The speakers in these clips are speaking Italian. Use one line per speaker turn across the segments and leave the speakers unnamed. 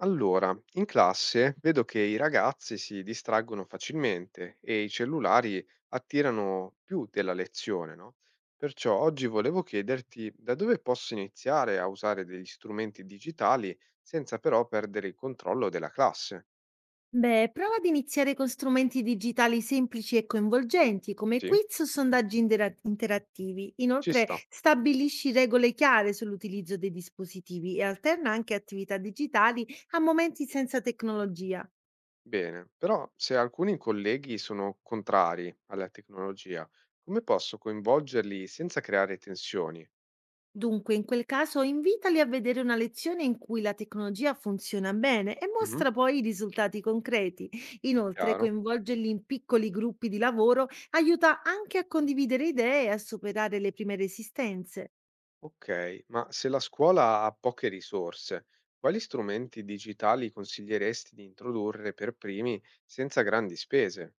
Allora, in classe vedo che i ragazzi si distraggono facilmente e i cellulari attirano più della lezione, no? Perciò oggi volevo chiederti da dove posso iniziare a usare degli strumenti digitali senza però perdere il controllo della classe.
Beh, prova ad iniziare con strumenti digitali semplici e coinvolgenti, come
Sì,
quiz o sondaggi interattivi.
ci
Inoltre,
sta.
stabilisci regole chiare sull'utilizzo dei dispositivi e alterna anche attività digitali a momenti senza tecnologia.
Bene, però se alcuni colleghi sono contrari alla tecnologia, come posso coinvolgerli senza creare tensioni?
Dunque, in quel caso, invitali a vedere una lezione in cui la tecnologia funziona bene e
Mhm.
mostra poi i risultati concreti. Inoltre,
Chiaro?
coinvolgerli in piccoli gruppi di lavoro aiuta anche a condividere idee e a superare le prime resistenze.
Ok, ma se la scuola ha poche risorse, quali strumenti digitali consiglieresti di introdurre per primi senza grandi spese?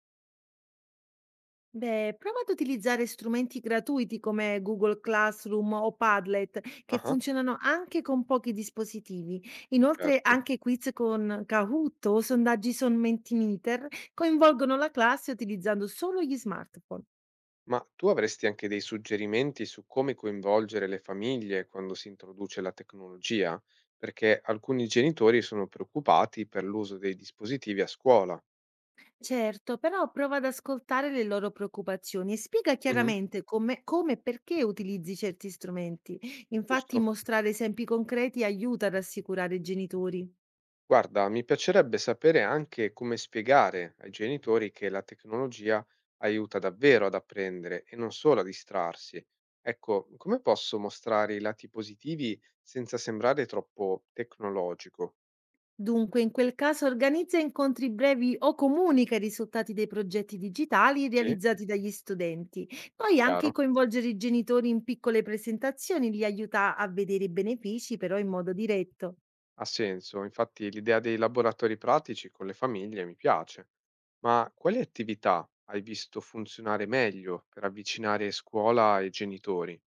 Beh, prova ad utilizzare strumenti gratuiti come Google Classroom o Padlet, che
Ah,
funzionano anche con pochi dispositivi. Inoltre,
certo.
anche quiz con Kahoot o sondaggi su Mentimeter coinvolgono la classe utilizzando solo gli smartphone.
Ma tu avresti anche dei suggerimenti su come coinvolgere le famiglie quando si introduce la tecnologia? Perché alcuni genitori sono preoccupati per l'uso dei dispositivi a scuola.
Certo, però prova ad ascoltare le loro preoccupazioni e spiega
Mhm.
chiaramente come e perché utilizzi certi strumenti. Infatti,
Giusto.
mostrare esempi concreti aiuta ad assicurare i genitori.
Guarda, mi piacerebbe sapere anche come spiegare ai genitori che la tecnologia aiuta davvero ad apprendere e non solo a distrarsi. Ecco, come posso mostrare i lati positivi senza sembrare troppo tecnologico?
Dunque, in quel caso organizza incontri brevi o comunica i risultati dei progetti digitali
Sì,
realizzati dagli studenti. Poi anche
chiaro,
coinvolgere i genitori in piccole presentazioni li aiuta a vedere i benefici, però in modo diretto.
ha senso. Infatti l'idea dei laboratori pratici con le famiglie mi piace. Ma quali attività hai visto funzionare meglio per avvicinare scuola e genitori?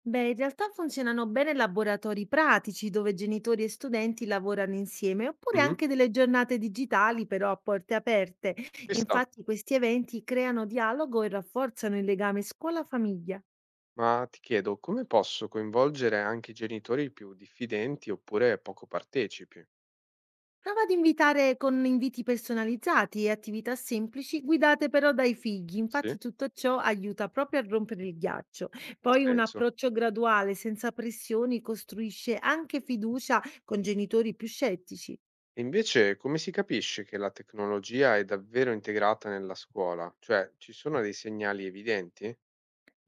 Beh, in realtà funzionano bene laboratori pratici dove genitori e studenti lavorano insieme, oppure
Mhm.
anche delle giornate digitali, però a porte aperte.
Ci sta.
Infatti, questi eventi creano dialogo e rafforzano il legame scuola-famiglia.
Ma ti chiedo, come posso coinvolgere anche i genitori più diffidenti oppure poco partecipi?
Prova ad invitare con inviti personalizzati e attività semplici, guidate però dai figli. Infatti
Sì,
tutto ciò aiuta proprio a rompere il ghiaccio.
ha
Poi un
senso.
approccio graduale, senza pressioni, costruisce anche fiducia con genitori più scettici.
E invece, come si capisce che la tecnologia è davvero integrata nella scuola? Cioè, ci sono dei segnali evidenti?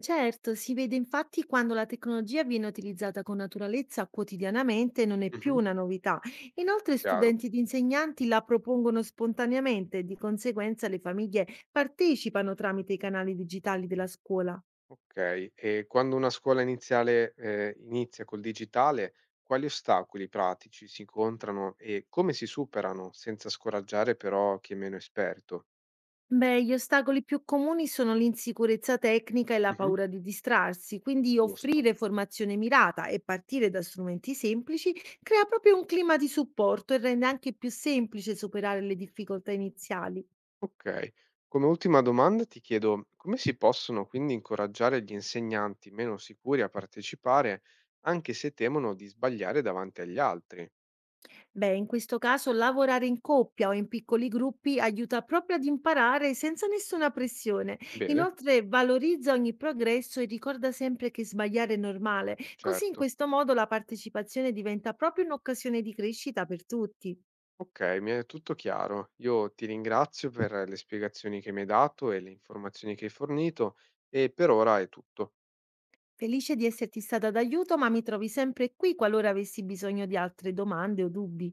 Certo, si vede infatti quando la tecnologia viene utilizzata con naturalezza quotidianamente e non è più
Mhm.
una novità. Inoltre
Chiaro.
studenti ed insegnanti la propongono spontaneamente e di conseguenza le famiglie partecipano tramite i canali digitali della scuola.
Ok. E quando una scuola iniziale, inizia col digitale, quali ostacoli pratici si incontrano e come si superano senza scoraggiare però chi è meno esperto?
Beh, gli ostacoli più comuni sono l'insicurezza tecnica e la
Mhm.
paura di distrarsi, quindi
Giusto.
offrire formazione mirata e partire da strumenti semplici crea proprio un clima di supporto e rende anche più semplice superare le difficoltà iniziali.
Okay. Come ultima domanda ti chiedo: come si possono quindi incoraggiare gli insegnanti meno sicuri a partecipare, anche se temono di sbagliare davanti agli altri?
Beh, in questo caso lavorare in coppia o in piccoli gruppi aiuta proprio ad imparare senza nessuna pressione.
Bene,
Inoltre valorizza ogni progresso e ricorda sempre che sbagliare è normale, così in
certo.
questo modo la partecipazione diventa proprio un'occasione di crescita per tutti.
Okay, mi è tutto chiaro. Io ti ringrazio per le spiegazioni che mi hai dato e le informazioni che hai fornito e per ora è tutto.
Felice di esserti stata d'aiuto, ma mi trovi sempre qui qualora avessi bisogno di altre domande o dubbi.